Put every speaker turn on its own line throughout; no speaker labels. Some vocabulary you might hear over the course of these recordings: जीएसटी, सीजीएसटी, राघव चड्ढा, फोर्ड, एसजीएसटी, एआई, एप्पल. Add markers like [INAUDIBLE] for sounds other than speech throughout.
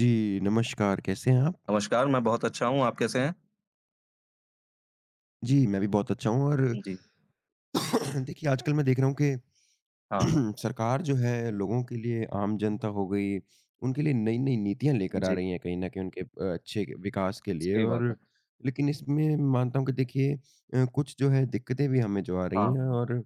जी, नमस्कार, कैसे हैं आप?
नमस्कार, मैं बहुत अच्छा हूँ, आप कैसे हैं?
जी, मैं भी बहुत अच्छा हूँ और
जी। जी,
[COUGHS] देखिए आजकल मैं देख रहा हूँ कि
हाँ, हाँ।
[CLEARS THROAT] सरकार जो है लोगों के लिए आम जनता हो गई, उनके लिए नई-नई नीतियाँ लेकर आ
जी,
रही हैं कहीं न कहीं उनके अच्छे विकास के लिए
सही
और
बात है।
लेकिन इसमें मानता हूँ कि देखिए कुछ जो है दिक्कतें भी हमें जो आ
हाँ,
रही हैं
हाँ,
और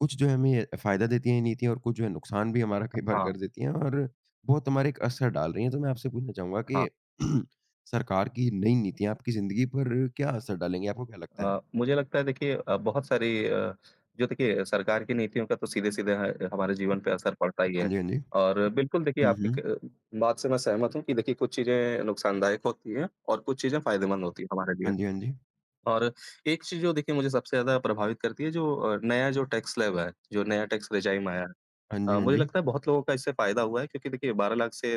कुछ जो है हमें फ़ायदा देती हैं ये नीतियाँ और कुछ जो है नुकसान भी हमारा कई बार कर
हाँ,
देती हैं और बहुत हमारे एक असर डाल रही हैं। तो मैं आपसे पूछना चाहूँगा कि
हाँ।
[CLEARS THROAT] सरकार की नई नीतियाँ आपकी ज़िंदगी पर क्या असर डालेंगी? आपको क्या लगता है?
मुझे लगता है देखिए बहुत सारी जो देखिए सरकार की नीतियों का तो सीधे-सीधे ह हमारे जीवन पे असर पड़ता ही
हाँ
है।
जी, हाँ जी।
और बिल्कुल देखिए
हुँ,
आपकी
हुँ।
क बात से मैं सहमत हूँ कि देखिए कुछ चीज़ें नुकसानदायक होती हैं और कुछ चीज़ें फ़ायदेमंद होती हैं हमारे लिए।
हाँ जी, हाँ जी।
और एक चीज़ जो देखिए मुझे सबसे ज़्यादा प्रभावित करती है जो नया जो टैक्स स्लैब है, जो नया टैक्स रेज़ाइम आया है।
हाँ जी, हाँ
मुझे
जी।
लगता है बहुत लोगों का इससे फ़ायदा हुआ है क्योंकि देखिए 12 लाख से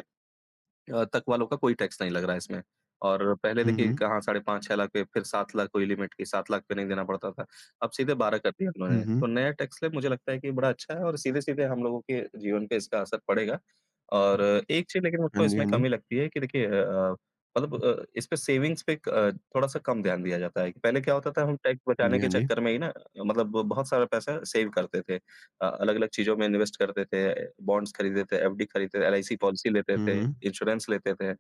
तक वालों का कोई टैक्स नहीं लग रहा है इसमें। और पहले
हुँ,
देखिए
हुँ।
कहाँ साढ़े 5 6 लाख पे फिर 7 लाख कोई लिमिट की 7 लाख पे नहीं देना पड़ता था। अब सीधे 12 कर दिया
हुँ,
उन्होंने।
हुँ।
तो नया टैक्स स्लैब मुझे लगता है कि बड़ा अच्छा है और सीधे-सीधे हम लोगों के जीवन पे इसका असर पड़ेगा। और एक चीज़ लेकिन
हाँ
मुझको
जी, हाँ
इसमें
जी।
कमी लगती है कि देखिए मतलब इस पे सेविंग्स पे क थोड़ा-सा कम ध्यान दिया जाता है। कि पहले क्या होता था हम टैक्स
हाँ जी,
बचाने
हाँ
के
जी।
चक्कर में ही ना मतलब बहुत सारा पैसा सेव करते थे। अलग-अलग चीज़ों में इन्वेस्ट करते थे, बॉन्ड्स खरीदते थे, एफडी खरीदते थे, एलआईसी पॉलिसी लेते
हुँ,
थे,
हुँ।
इंश्योरेंस लेते थे।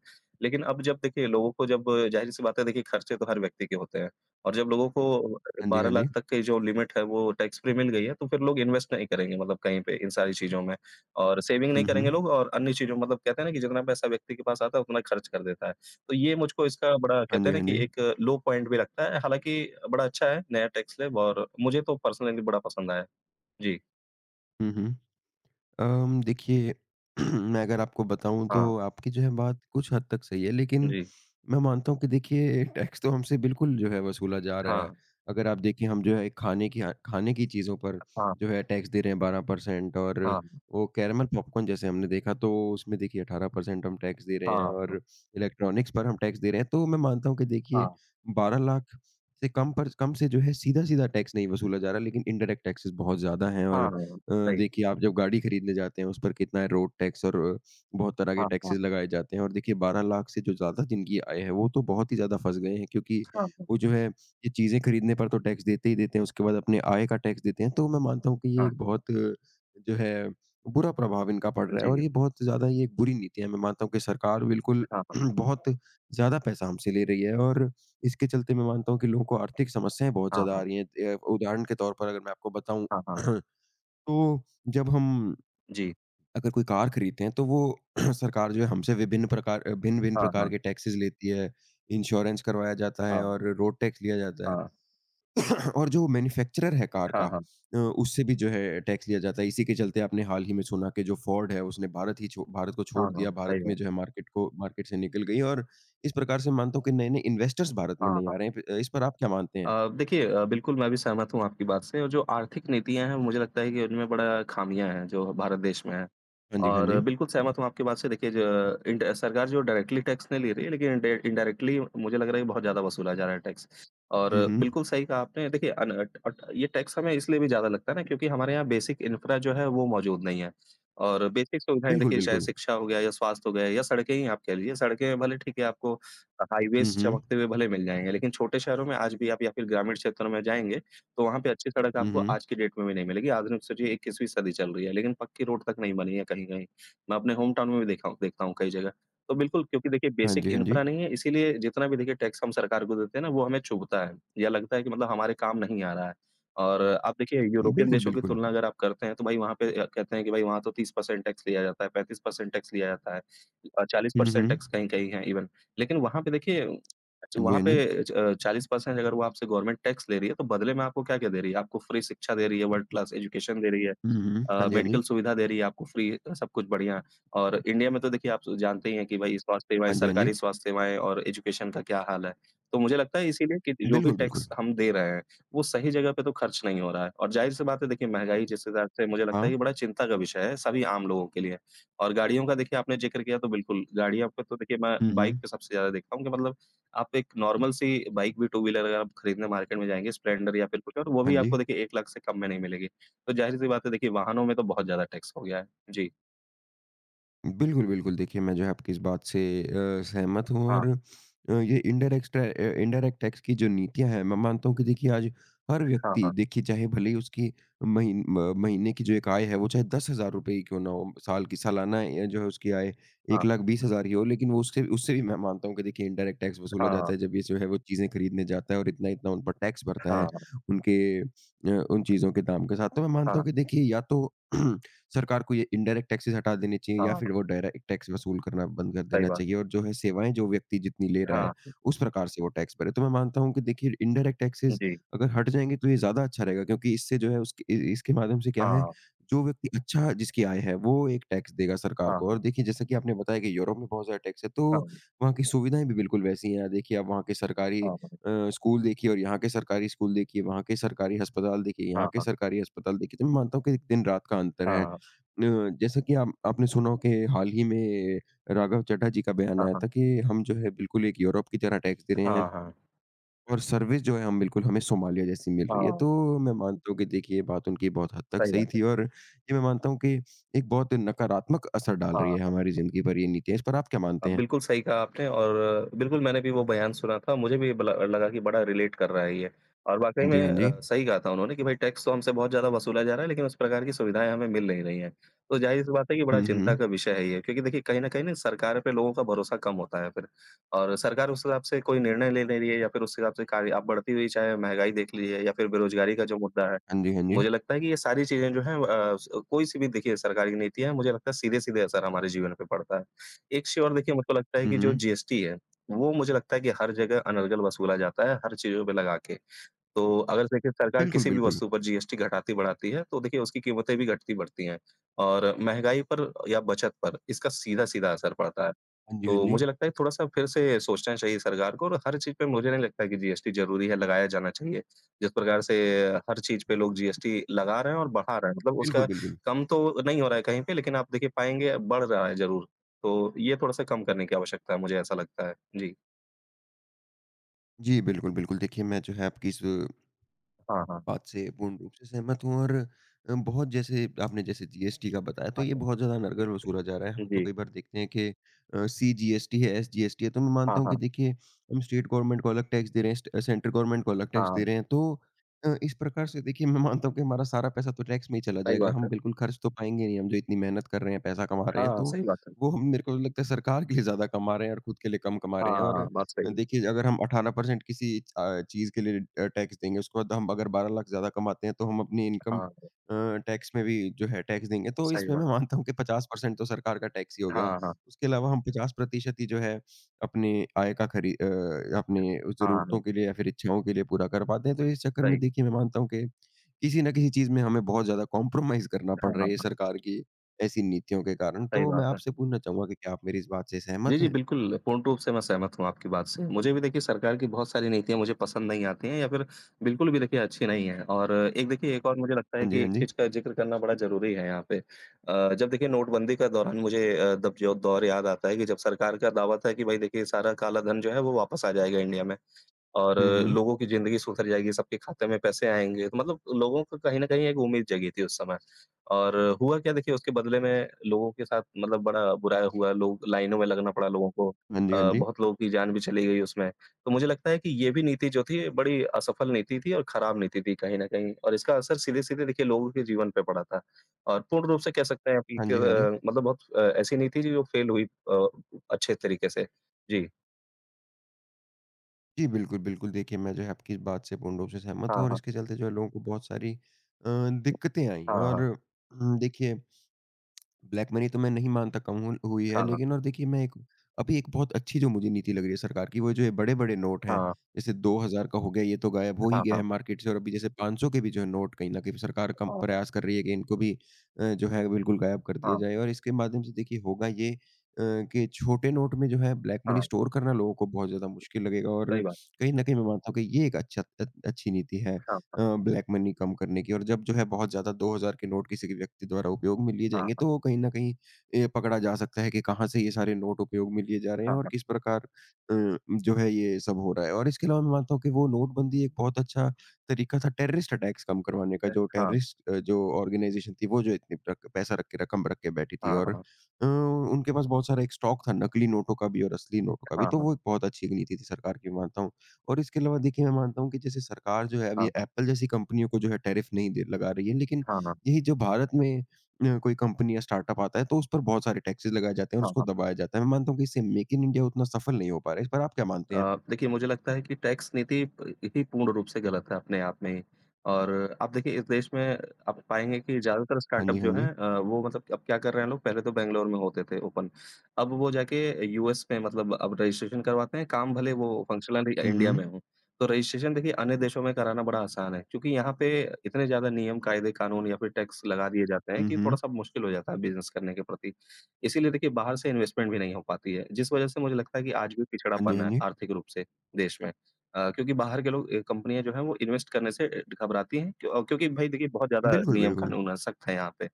लेकिन अब जब देखिए लोगों को जब ज़ाहिर-सी बात है देखिए खर्चे तो हर व्यक्ति के होते हैं और जब लोगों को
हाँ जी, हाँ
12
जी।
लाख तक की जो लिमिट है वो टैक्स फ्री मिल गई है, तो फिर लोग इन्वेस्ट नहीं करेंगे मतलब कहीं पे इन सारी चीज़ों में और सेविंग नहीं
हुँ, हुँ।
करेंगे लोग और अन्य चीज़ों मतलब कहते हैं ना कि जितना पैसा व्यक्ति के पास आता है उतना खर्च कर देता है। तो ये मुझको इसका बड़ा
हाँ
कहते
जी,
हैं ना
हाँ
कि
जी।
एक लो पॉइंट भी लगता है, हालाँकि बड़ा अच्छा है नया टैक्स स्लैब और मुझे तो पर्सनली बड़ा पसंद आया। जी,
हुँ, हुँ। देखिए [CLEARS THROAT] मैं अगर आपको बताऊँ
हाँ।
तो आपकी जो है बात कुछ हद तक सही है, लेकिन
जी,
मैं मानता हूँ कि देखिए टैक्स तो हमसे बिल्कुल जो है वसूला जा रहा है।
हाँ,
अगर आप देखिए हम जो है खाने की ह खाने की चीज़ों पर
हाँ,
जो है टैक्स दे रहे हैं 12% और
हाँ,
वो कैरेमल पॉपकॉर्न जैसे हमने देखा तो उसमें देखिए 18% हम टैक्स दे रहे हैं
हाँ,
और इलेक्ट्रॉनिक्स पर हम टैक्स दे रहे हैं। तो मैं मानता हूँ कि
हाँ,
देखिए 12 लाख से कम पर कम से जो है सीधा-सीधा टैक्स नहीं वसूला जा रहा, लेकिन इनडायरेक्ट टैक्सेस बहुत ज़्यादा हैं और
हाँ, सही,
देखिए आप जब गाड़ी खरीदने जाते हैं उस पर कितना है रोड टैक्स और बहुत तरह के
हाँ, हाँ,
टैक्सेस लगाए जाते हैं और देखिए 12 लाख से जो ज़्यादा जिनकी आय है वो तो बहुत ही ज़्यादा फँस गए हैं क्योंकि
हाँ, हाँ, हाँ,
वो जो है ये चीज़ें खरीदने पर तो टैक्स देते ही देते हैं उसके बाद अपने आय का टैक्स देते हैं। तो मैं मानता हूँ कि ये एक बहुत जो है बुरा प्रभाव इनका पड़ रहा है और
जी,
ये बहुत ज़्यादा ये एक बुरी नीति है। मैं मानता हूँ कि सरकार बिल्कुल [CLEARS THROAT] बहुत ज़्यादा पैसा हमसे ले रही है और इसके चलते मैं मानता हूँ कि लोगों को आर्थिक समस्याएँ बहुत
हाँ,
ज़्यादा आ
हाँ,
रही हैं। उदाहरण के तौर पर अगर मैं आपको बताऊँ
हाँ, हाँ, हाँ, हाँ,
[CLEARS THROAT] तो जब हम
जी,
अगर कोई कार खरीदते हैं, तो वो [CLEARS THROAT] सरकार जो है हमसे भिन्न-भिन्न
हाँ,
प्रकार
हाँ,
के टैक्सेज़ लेती है, इंश्योरेंस करवाया जाता है
हाँ,
और रोड टैक्स लिया जाता है।
हाँ,
[CLEARS THROAT] और जो मैन्युफैक्चरर है कार का
हाँ, हाँ,
उससे भी जो है टैक्स लिया जाता है। इसी के चलते आपने हाल ही में सुना कि जो फोर्ड है उसने भारत ही छो भारत को छोड़
हाँ, हाँ,
दिया, भारत
सही
में
बात,
जो है मार्केट से निकल गई और इस प्रकार से मानता हूँ कि नए-नए इन्वेस्टर्स भारत में
हाँ,
नहीं आ
हाँ।
रहे हैं। प इस पर आप क्या मानते हैं?
देखिए बिल्कुल मैं भी सहमत हूँ आपकी बात से और जो आर्थिक नीतियाँ हैं मुझे लगता है कि उनमें बड़ा ख़ामियाँ हैं जो भारत देश में है।
हाँ जी, हाँ
और
जी।
बिल्कुल सहमत हूँ आपकी बात से देखिए ज इंड सरकार जो डायरेक्टली टैक्स नहीं ले रही है लेकिन इनडायरेक्टली मुझे लग रहा है कि बहुत ज़्यादा वसूला जा रहा है टैक्स। और
हुँ, हुँ।
बिल्कुल सही कहा आपने देखिए अन अट अट ये टैक्स हमें इसलिए भी ज़्यादा लगता है ना क्योंकि हमारे यहाँ बेसिक इंफ्रा जो है वो मौजूद नहीं है। और बेसिक सुविधाएँ
बिल्कुल,
देखिए चाहे
बिल्कुल।
शिक्षा हो गया या स्वास्थ्य हो गया या सड़कें ही आप कह लीजिए, सड़कें भले ठीक है आपको
हुँ,
हाईवेज़
हुँ।
चमकते हुए भले मिल जाएँगे, लेकिन छोटे शहरों में आज भी आप या फिर ग्रामीण क्षेत्रों में जाएँगे, तो वहाँ पे अच्छी सड़क
हुँ,
आपको
हुँ।
आज की डेट में भी नहीं मिलेगी। आधुनिक सोचिए 21वीं सदी चल रही है, लेकिन पक्की रोड तक नहीं बनी है कहीं-कहीं। मैं अपने होम टाउन में भी देखा हूँ देखता हूँ कई जगह। तो बिल्कुल क्योंकि देखिए
हाँ
बेसिक
जी, हाँ जी।
इंफ्रा नहीं है, इसीलिए जितना भी देखिए टैक्स हम सरकार को देते हैं ना, वो हमें चुभता है। या लगता है कि मतलब हमारे काम नहीं आ रहा है। और आप देखिए यूरोपियन
बिल्कुल,
देशों की
बिल्कुल।
तुलना अगर आप करते हैं, तो भाई वहाँ पे कहते हैं कि भाई वहाँ तो 30% टैक्स लिया जाता है, 35% टैक्स लिया जाता है
हुँ,
40% टैक्स
हुँ।
कहीं-कहीं है इवन। लेकिन वहाँ पे देखिए
हाँ जी,
वहाँ
हाँ
पे
जी।
40% अगर वो आपसे गवर्नमेंट टैक्स ले रही है, तो बदले में आपको क्या-क्या दे रही है? आपको फ्री शिक्षा दे रही है, वर्ल्ड क्लास एजुकेशन दे रही है,
हुँ, हुँ। हाँ जी, हाँ जी।
मेडिकल सुविधा दे रही है आपको फ्री सब कुछ बढ़िया। और इंडिया में तो देखिए आप जानते ही हैं कि भई स्वास्थ्य सेवाएँ,
हाँ जी, हाँ जी।
सरकारी स्वास्थ्य सेवाएँ और एजुकेशन का क्या हाल है। तो मुझे लगता है इसीलिए कि जो भी
बिल्कुल, बिल्कुल।
टैक्स हम दे रहे हैं, वो सही जगह पे तो खर्च नहीं हो रहा है। और ज़ाहिर-सी बात है देखिए महँगाई जिस हिसाब से मुझे लगता है
हाँ।
ये बड़ा चिंता का विषय है सभी आम लोगों के लिए। और गाड़ियों का देखिए आपने ज़िक्र किया तो बिल्कुल, गाड़ियों पे तो देखिए मैं
हुँ,
बाइक
हुँ।
पे सबसे ज़्यादा देखता हूँ कि मतलब आप एक नॉर्मल सी बाइक भी टू व्हीलर अगर आप खरीदने मार्केट में जाएँगे स्प्लेंडर या फिर कुछ और, वो
हाँ
भी
जी।
आपको देखिए 1 लाख से कम में नहीं मिलेगी। तो ज़ाहिर-सी बात है देखिए वाहनों में तो बहुत ज़्यादा टैक्स हो गया है। जी।
बिल्कुल, बिल्कुल। देखिए, मैं जो है आपकी इस बात से सहमत हूँ
हाँ,
और ये इंडायरेक्ट टैक्स की जो नीतियाँ हैं, मैं मानता हूँ कि देखिए आज हर
हाँ,
व्यक्ति
हाँ,
देखिए चाहे भले ही उसकी महीने की जो एक आय है, वो चाहे ₹10,000 ही क्यों ना हो, साल की सालाना जो है उसकी आय 1,20,000 ही हो, लेकिन वो उससे उससे भी मैं मानता हूँ कि देखिए इंडायरेक्ट टैक्स वसूला
हाँ, हाँ,
जाता है। जब ये जो है वो चीज़ें खरीदने जाता है और इतना-इतना उन पर टैक्स भरता है,
हाँ,
उनके उन चीज़ों के दाम के साथ। तो मैं मानता
हाँ,
हूँ कि देखिए या तो [CLEARS THROAT] सरकार को ये इनडायरेक्ट टैक्सेस हटा देने चाहिए या
हाँ,
फिर वो डायरेक्ट टैक्स वसूल करना बंद कर
सही
देना
बात
चाहिए
है।
और जो है सेवाएँ जो व्यक्ति जितनी ले रहा है,
हाँ,
उस प्रकार से वो टैक्स भरे। तो मैं मानता हूँ कि देखिए इनडायरेक्ट टैक्सेस
जी।
अगर हट जाएँगे तो ये ज़्यादा अच्छा रहेगा क्योंकि इससे जो है उसके इ इसके माध्यम से क्या है,
हाँ,
जो व्यक्ति अच्छा जिसकी आय है वो एक टैक्स देगा सरकार को और
हाँ,
देखिए जैसा कि आपने बताया कि यूरोप में बहुत ज़्यादा टैक्स है तो
हाँ,
वहाँ की सुविधाएँ भी बिल्कुल वैसी हैं। देखिए आप वहाँ के सरकारी
हाँ, हाँ,
स्कूल देखिए और यहाँ के सरकारी स्कूल देखिए, वहाँ के सरकारी अस्पताल देखिए, यहाँ
हाँ,
के
हाँ,
सरकारी अस्पताल देखिए, तो मैं मानता हूँ कि दिन-रात का अंतर है।
हाँ,
जैसा कि आप आपने सुना हो कि हाल ही में राघव चड्ढा जी का बयान आया
हाँ,
था कि हम जो है बिल्कुल एक यूरोप की तरह टैक्स दे रहे हैं
हाँ, हाँ,
और सर्विस जो है हम बिल्कुल हमें सोमालिया जैसी मिल रही है।
हाँ,
तो मैं मानता हूँ कि देखिए ये बात उनकी बहुत हद तक
सही
सही
बात है।
थी और ये मैं मानता हूँ कि एक बहुत नकारात्मक असर डाल रही है
हाँ।
हमारी ज़िंदगी पर ये नीतियाँ। इस पर आप क्या मानते हैं?
बिल्कुल सही कहा आपने और बिल्कुल मैंने भी वो बयान सुना था। मुझे भी बला लगा कि बड़ा रिलेट कर रहा है ये और वाक़ई
हाँ जी,
में
हाँ जी।
सही कहा था उन्होंने कि भाई टैक्स तो हमसे बहुत ज़्यादा वसूला जा रहा है, लेकिन उस प्रकार की सुविधाएँ हमें मिल नहीं रही हैं। तो ज़ाहिर-सी बात है कि बड़ा
हुँ, हुँ।
चिंता का विषय है ये क्योंकि देखिए कहीं न कहीं ना सरकार पे लोगों का भरोसा कम होता है फिर और सरकार उस हिसाब से कोई निर्णय ले ले रही है या फिर उस हिसाब से कार्य आप बढ़ती हुई चाहे महँगाई देख लीजिए या फिर बेरोज़गारी का जो मुद्दा है।
हाँ जी, हाँ जी।
मुझे लगता है कि ये सारी चीज़ें जो हैं अ, स कोई-सी भी देखिए सरकारी नीति है, मुझे लगता है सीधे-सीधे असर हमारे जीवन पे पड़ता है। एक चीज़ और देखिए मुझको लगता है
हुँ,
कि जो
हुँ।
जीएसटी है, वो मुझे लगता है कि हर जगह अनर्गल वसूला जाता है, हर चीज़ों पे लगा के। तो अगर देखिए सरकार
बिल्कुल,
किसी भी
बिल्कुल।
वस्तु पर जीएसटी घटाती-बढ़ाती है, तो देखिए उसकी कीमतें भी घटती-बढ़ती हैं और महँगाई पर या बचत पर इसका सीधा-सीधा असर पड़ता है।
हाँ जी, हाँ
तो
जी।
मुझे लगता है थोड़ा-सा फिर से सोचना चाहिए सरकार को और हर चीज़ पे मुझे नहीं लगता कि जीएसटी ज़रूरी है, लगाया जाना चाहिए। जिस प्रकार से हर चीज़ पे लोग जीएसटी लगा रहे हैं और बढ़ा रहे हैं, मतलब
बिल्कुल,
उसका
बिल्कुल।
कम तो नहीं हो रहा है कहीं पे लेकिन आप देखिए पाएँगे बढ़ रहा है ज़रूर। तो ये थोड़ा-सा कम करने की आवश्यकता है, मुझे ऐसा लगता है। जी।
जी, बिल्कुल, बिल्कुल। देखिए मैं जो है आपकी इस
हाँ, हाँ।
बात से पूर्ण रूप से सहमत हूँ और बहुत जैसे आपने जैसे जीएसटी का बताया तो
हाँ,
ये
हाँ।
बहुत ज़्यादा अनर्गल वसूला जा रहा है। हम तो
जी।
कई बार देखते हैं कि सीजीएसटी है, एसजीएसटी है तो मैं मानता
हाँ,
हूँ कि
हाँ।
देखिए हम स्टेट गवर्नमेंट को अलग टैक्स दे रहे हैं, स्ट सेंट्रल गवर्नमेंट को अलग
हाँ,
टैक्स दे
हाँ,
रहे हैं। तो इस प्रकार से देखिए मैं मानता हूँ कि हमारा सारा पैसा तो टैक्स में ही चला
सही
जाएगा।
बात
हम
है।
बिल्कुल खर्च तो पाएँगे नहीं, हम जो इतनी मेहनत कर रहे हैं, पैसा कमा रहे हैं
हाँ,
तो
सही बात है।
वो हम मेरे को तो लगता है सरकार के लिए ज़्यादा कमा रहे हैं और खुद के लिए कम कमा रहे हैं और
हाँ, बात सही है।
देखिए, अगर हम 18% किसी चीज़ के लिए टैक्स देंगे, उसके बाद हम अगर 12 लाख ज़्यादा कमाते हैं, तो हम अपनी इनकम
हाँ,
अ, टैक्स में भी जो है टैक्स देंगे। तो
सही
इसमें मैं
बात।
मानता हूँ कि 50% तो सरकार का टैक्स ही हो गया।
हाँ, हाँ।
उसके अलावा हम 50% ही जो है अपनी आय का खरी अ, अपनी
हाँ,
ज़रूरतों
हाँ।
के लिए या फिर इच्छाओं के लिए पूरा कर पाते हैं। तो इस चक्कर में
सही।
देखिए मैं मानता हूँ कि किसी न किसी चीज़ में हमें बहुत ज़्यादा कॉम्प्रोमाइज़ करना
हाँ,
पड़ रहा है, ये
हाँ।
सरकार की ऐसी नीतियों के कारण।
सही
तो मैं
बात है।
आपसे पूछना चाहूँगा कि क्या आप मेरी इस बात से सहमत
जी, जी,
हैं?
बिल्कुल, पूर्ण रूप से मैं सहमत हूँ आपकी बात से। मुझे भी देखिए सरकार की बहुत सारी नीतियाँ मुझे पसंद नहीं आती हैं या फिर बिल्कुल भी देखिए अच्छी नहीं हैं और एक देखिए एक और मुझे लगता है
हाँ जी,
कि
हाँ
एक
जी।
चीज़ का ज़िक्र करना बड़ा ज़रूरी है यहाँ पे। जब देखिए नोटबंदी का दौरान मुझे तब जो दौर याद आता है कि जब सरकार का दावा था कि भाई देखिए सारा काला धन जो है वो वापस आ जाएगा इंडिया में। और
हुँ, हुँ।
लोगों की ज़िंदगी सुधर जाएगी, सबके खाते में पैसे आएँगे, तो मतलब लोगों को कहीं न कहीं एक उम्मीद जगी थी उस समय। और हुआ क्या देखिए उसके बदले में लोगों के साथ मतलब बड़ा बुरा हुआ, लोग लाइनों में लगना पड़ा लोगों को।
हाँ जी, हाँ जी।
बहुत लोगों की जान भी चली गई उसमें। तो मुझे लगता है कि ये भी नीति जो थी बड़ी असफल नीति थी और खराब नीति थी कहीं न कहीं और इसका असर सीधे-सीधे देखिए लोगों के जीवन पे पड़ा था। और पूर्ण रूप से कह सकते हैं आप कि
हाँ जी, हाँ जी।
मतलब बहुत ऐसी नीति थी जो फेल हुई अ, अच्छे तरीके से। जी।
जी, बिल्कुल, बिल्कुल। देखिए, मैं जो है आपकी इस बात से पूर्ण रूप से सहमत हूँ
हाँ,
और
हाँ।
इसके चलते जो है लोगों को बहुत सारी दिक्कतें आईं
हाँ,
और
हाँ।
देखिए ब्लैक मनी तो मैं नहीं मानता कम हुल हुई है,
हाँ, हाँ।
लेकिन और देखिए मैं एक अभी एक बहुत अच्छी जो मुझे नीति लग रही है सरकार की, वो जो ये बड़े-बड़े नोट हैं,
हाँ।
जैसे 2000 का हो गया, ये तो गायब हो ही
हाँ,
गया है
हाँ।
मार्केट से और अभी जैसे 500 के भी जो है नोट कहीं न कहीं सरकार कम
हाँ,
प्रयास कर रही है कि इनको भी जो है बिल्कुल गायब कर दिया
हाँ,
जाए और इसके माध्यम से देखिए होगा ये कि छोटे नोट में जो है ब्लैक मनी
हाँ,
स्टोर करना लोगों को बहुत ज़्यादा मुश्किल लगेगा
सही
और
बात
कहीं न कहीं मैं मानता हूँ कि ये अच्छी नीति है।
है। हाँ,
ब्लैक मनी कम करने की और जब जो है बहुत ज़्यादा 2000 के नोट किसी के व्यक्ति द्वारा उपयोग में लिए
हाँ,
जाएँगे,
हाँ,
तो कहीं न कहीं पकड़ा जा सकता है कि कहाँ से ये सारे नोट उपयोग में लिए जा रहे हैं
हाँ,
और
हाँ,
किस प्रकार जो है ये सब हो रहा है। और इसके अलावा मैं मानता हूँ कि वो नोटबंदी एक बहुत अच्छा तरीका था टेररिस्ट अटैक्स कम करवाने का,
हाँ,
जो ऑर्गेनाइज़ेशन थी वो जो इतनी रक पैसा रख के रकम रख के बैठी थी
हाँ, हाँ,
और
हाँ,
उनके पास बहुत सारा एक स्टॉक था नकली नोटों का भी और असली नोटों का भी,
हाँ, हाँ, हाँ,
तो
हाँ,
वो एक बहुत अच्छी एक नीति थी सरकार की मैं मानता हूँ। और इसके अलावा देखिए मैं मानता हूँ कि जैसे सरकार जो है अभी
हाँ,
एप्पल जैसी कंपनियों को जो है टैरिफ नहीं दे लगा रही है लेकिन
हाँ, हाँ।
यही जो भारत में कोई कंपनी या स्टार्टअप आता है तो उस पर बहुत सारे टैक्सेस लगाए जाते हैं और उसको
हाँ
दबाया जाता है मैं मानता हूँ कि इससे मेक इन इंडिया उतना सफल नहीं हो पा रहा है इस पर आप क्या मानते हैं।
देखिए मुझे लगता है कि टैक्स नीति प ही पूर्ण रूप से गलत है अपने आप में ही। और आप देखिए इस देश में आप पाएँगे कि ज़्यादातर
हाँ
स्टार्टअप
जी, हाँ
जो हैं
जी।
वो मतलब अब क्या कर रहे हैं लोग पहले तो बैंगलोर में होते थे ओपन, अब वो जाके यूएस में मतलब अब रजिस्ट्रेशन करवाते हैं, काम भले वो फंक्शनली
हुँ,
इंडिया
हुँ,
में हो। तो रजिस्ट्रेशन देखिए अन्य देशों में कराना बड़ा आसान है, क्योंकि यहाँ पे इतने ज़्यादा नियम, कायदे, कानून या फिर टैक्स लगा दिए जाते हैं
हुँ,
कि
हुँ।
थोड़ा-सा मुश्किल हो जाता है बिज़नेस करने के प्रति। इसीलिए देखिए बाहर से इन्वेस्टमेंट भी नहीं हो पाती है, जिस वजह से मुझे लगता है कि आज भी
हाँ जी,
पिछड़ापन
हाँ
है
जी।
आर्थिक रूप से देश में। क्योंकि बाहर के लोग कंपनियाँ जो हैं वो इन्वेस्ट करने से घबराती हैं क्योंकि भाई देखिए बहुत ज़्यादा
बिल्कुल,
नियम
बिल्कुल।
कानून है, सख्त है यहाँ पे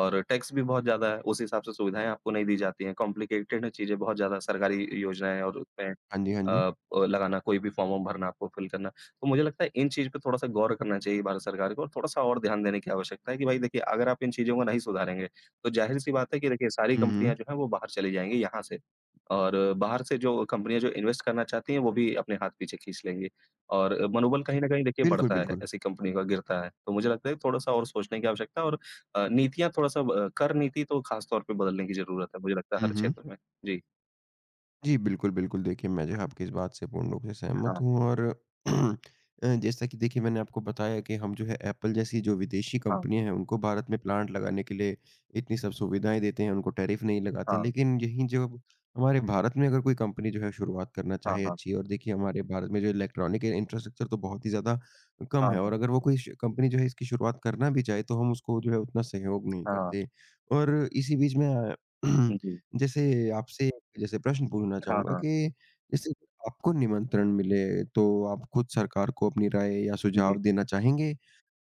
और टैक्स भी बहुत ज़्यादा है, उस हिसाब से सुविधाएँ आपको नहीं दी जाती हैं, कॉम्प्लिकेटेड है चीज़ें बहुत ज़्यादा सरकारी योजनाएँ और उसमें
हाँ जी, हाँ जी।
लगाना, कोई भी फॉर्म वॉर्म भरना, आपको फ़िल करना। तो मुझे लगता है इन चीज़ पे थोड़ा-सा गौर करना चाहिए भारत सरकार को और थोड़ा-सा और ध्यान देने की आवश्यकता है कि भाई देखिए, अगर आप इन चीज़ों को नहीं सुधारेंगे, तो ज़ाहिर-सी बात है कि देखिए सारी
हुँ,
कंपनियाँ
हुँ।
जो हैं वो बाहर चली जाएँगी यहाँ से। और बाहर से जो कंपनियाँ जो इन्वेस्ट करना चाहती हैं, वो भी अपने हाथ पीछे खींच लेंगी। और मनोबल कहीं न कहीं देखिए
बिल्कुल,
बढ़ता है,
बिल्कुल।
ऐसी कंपनियों का गिरता है। तो मुझे लगता है थोड़ा-सा और सोचने की आवश्यकता है और नीतियाँ थोड़ा-सा कर नीति तो ख़ास तौर पे बदलने की ज़रूरत है, मुझे लगता है
हुँ,
हर
हुँ।
क्षेत्र में। जी,
जी, बिल्कुल, बिल्कुल। देखिए, मैं जो है आपकी इस बात से पूर्ण रूप से सहमत
हाँ,
हूँ और [CLEARS THROAT] जैसा कि देखिए मैंने आपको बताया कि हम जो है एप्पल जैसी जो विदेशी
हाँ,
कंपनियाँ हैं, उनको भारत में प्लांट लगाने के लिए इतनी सब सुविधाएँ देते हैं, उनको टैरिफ नहीं लगाते।
हाँ,
लेकिन यहीं जब हमारे भारत में अगर कोई कंपनी जो है शुरुआत करना
हाँ,
चाहे
हाँ,
अच्छी और देखिए हमारे भारत में जो इलेक्ट्रॉनिक इंफ्रास्ट्रक्चर तो बहुत ही ज़्यादा कम है
हाँ।
और अगर वो कोई श कंपनी जो है इसकी शुरुआत करना भी चाहे, तो हम उसको जो है उतना सहयोग नहीं
हाँ,
करते। और इसी बीच में [CLEARS THROAT]
जी।
जैसे आपसे जैसे प्रश्न पूछना
हाँ,
चाहूँगा
हाँ।
कि जैसे आपको निमंत्रण मिले, तो आप खुद सरकार को अपनी राय या
जी,
सुझाव देना चाहेंगे,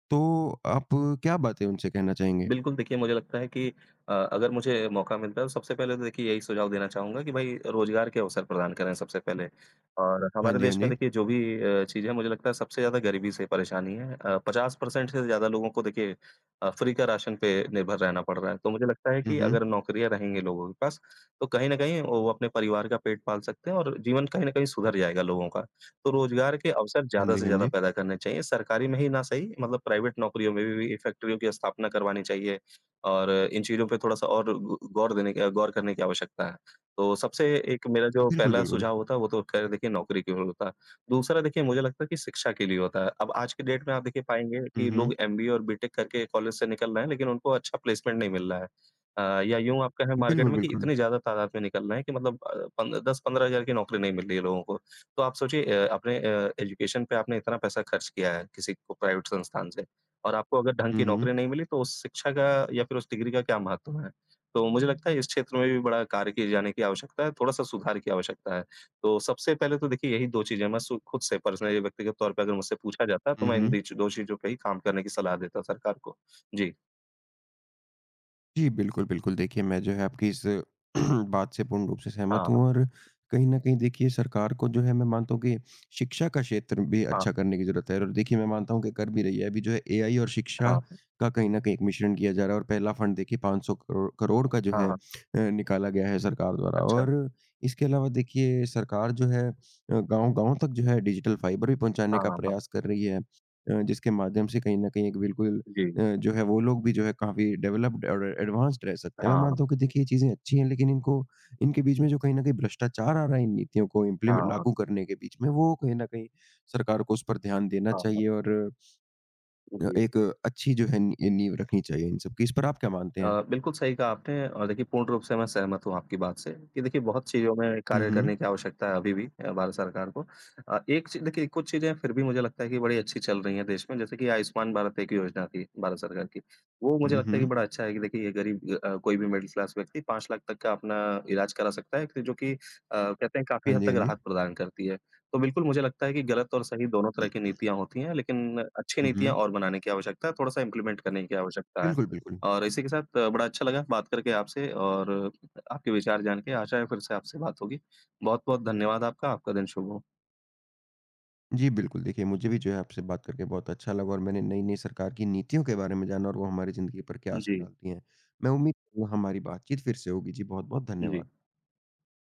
तो आप क्या बातें उनसे कहना चाहेंगे?
बिल्कुल देखिए मुझे लगता है कि अगर मुझे मौका मिलता है तो सबसे पहले तो देखिए यही सुझाव देना चाहूँगा कि भई रोज़गार के अवसर प्रदान करें सबसे पहले। और
हाँ
हमारे
जी, हाँ
देश में
जी।
देखिए जो भी चीज़ है मुझे लगता है सबसे ज़्यादा गरीबी से परेशानी है। 50% से ज़्यादा लोगों को देखिए फ्री का राशन पे निर्भर रहना पड़ रहा है। तो मुझे लगता है
हुँ,
कि
हुँ।
अगर नौकरियाँ रहेंगी लोगों के पास, तो कहीं न कहीं वो अपने परिवार का पेट पाल सकते हैं और जीवन कहीं न कहीं सुधर जाएगा लोगों का। तो रोज़गार के अवसर
हाँ
ज़्यादा
जी,
से
हाँ
ज़्यादा
जी।
पैदा करने चाहिए, सरकारी में ही ना सही मतलब प्राइवेट नौकरियों में भी फैक्ट्रियों की स्थापना करवानी चाहिए और इन चीज़ों पे थोड़ा-सा और गौ गौर देने की गौर करने की आवश्यकता है। तो सबसे एक मेरा जो
बिल्कुल,
पहला
बिल्कुल।
सुझाव होता है वो तो ख़ैर देखिए नौकरी की ओर होता है। दूसरा देखिए मुझे लगता है कि शिक्षा के लिए होता है। अब आज के डेट में आप देखिए पाएँगे
हुँ,
कि
हुँ।
लोग एमबीए और बीटेक करके कॉलेज से निकल रहे हैं लेकिन उनको अच्छा प्लेसमेंट नहीं मिल रहा है। या यूँ आप कहें मार्केट
बिल्कुल,
में कि
बिल्कुल।
इतनी ज़्यादा तादाद में निकल रहे हैं कि मतलब पन 10-15 हज़ार की नौकरी नहीं मिल रही है लोगों को। तो आप सोचिए आपने एजुकेशन पे आपने इतना पैसा खर्च किया है किसी को प्राइवेट संस्थान से और आपको अगर ढंग
हुँ,
की
हुँ।
नौकरी नहीं मिली तो उस शिक्षा का या फिर उस डिग्री का क्या महत्व है। तो मुझे लगता है इस क्षेत्र में भी बड़ा कार्य किए जाने की आवश्यकता है, थोड़ा-सा सुधार की आवश्यकता है। तो सबसे पहले तो देखिए यही 2 चीज़ें मैं सु खुद से पर्सनली व्यक्तिगत तौर पे अगर मुझसे पूछा जाता तो
हुँ,
मैं इन
हुँ।
बीच 2 चीज़ों पे ही काम करने की सलाह देता सरकार को। जी।
जी, बिल्कुल, बिल्कुल। देखिए, मैं जो है आपकी इस [CLEARS THROAT] बात से पूर्ण रूप से सहमत हूँ
हाँ,
और कहीं न कहीं देखिए सरकार को जो है मैं मानता हूँ कि शिक्षा का क्षेत्र भी
हाँ,
अच्छा करने की ज़रूरत है और देखिए मैं मानता हूँ कि कर भी रही है। अभी जो है एआई और शिक्षा
हाँ,
का कहीं न कहीं एक मिश्रण किया जा रहा है और पहला फंड देखिए 500 करो करोड़ करोड़ का जो
हाँ,
है
हाँ।
निकाला गया है सरकार द्वारा
अच्छा।
और इसके अलावा देखिए सरकार जो है गाँव-गाँव तक जो है डिजिटल फाइबर भी पहुँचाने
हाँ,
का
अच्छा, हाँ, हाँ।
प्रयास कर रही है जिसके माध्यम से कहीं न कहीं एक बिल्कुल
जी।
जो है वो लोग भी जो है काफ़ी डेवलप्ड और एडवांस्ड रह सकते हैं। मैं
हाँ,
मानता हूँ कि देखिए ये चीज़ें अच्छी हैं लेकिन इनको इनके बीच में जो कहीं न कहीं भ्रष्टाचार आ रहा है इन नीतियों को इम्प्लीमेंट
हाँ,
लागू करने के बीच में, वो कहीं न कहीं सरकार को उस पर ध्यान देना
हाँ, हाँ।
चाहिए और
जी।
एक अच्छी जो है नी नींव रखनी चाहिए इन सब की। इस पर आप क्या मानते हैं?
बिल्कुल सही कहा आपने और देखिए पूर्ण रूप से मैं सहमत हूँ आपकी बात से कि देखिए बहुत चीज़ों में
हुँ,
कार्य
हुँ।
करने की आवश्यकता है अभी भी भारत सरकार को। एक चीज़ देखिए कुछ चीज़ें फिर भी मुझे लगता है कि बड़ी अच्छी चल रही हैं देश में जैसे कि आयुष्मान भारत एक योजना थी भारत सरकार की। वो मुझे
हुँ,
लगता है कि
हुँ।
बड़ा अच्छा है कि देखिए ये गरीब कोई भी मिडिल क्लास व्यक्ति 5 लाख तक का अपना इलाज करा सकता है कि जो कि कहते हैं
हाँ
काफ़ी हद
जी, हाँ
तक
जी।
राहत प्रदान करती है। तो बिल्कुल मुझे लगता है कि गलत और सही दोनों तरह की नीतियाँ होती हैं लेकिन अच्छी
हुँ,
नीतियाँ
हुँ।
और बनाने की आवश्यकता है, थोड़ा-सा इम्प्लीमेंट करने की आवश्यकता है।
बिल्कुल, बिल्कुल।
और इसी के साथ बड़ा अच्छा लगा बात करके आपसे और आपके विचार जान के आशा है फिर से आपसे बात होगी। बहुत-बहुत धन्यवाद आपका, आपका दिन शुभ हो।
जी, बिल्कुल। देखिए, मुझे भी जो है आपसे बात करके बहुत अच्छा लगा और मैंने नई-नई सरकार की नीतियों के बारे में जाना और वो हमारी ज़िंदगी पर क्या असर
जी,
डालती हैं। मैं उम्मीद करूँगा हमारी बातचीत फिर से होगी। जी, बहुत-बहुत
जी।
धन्यवाद।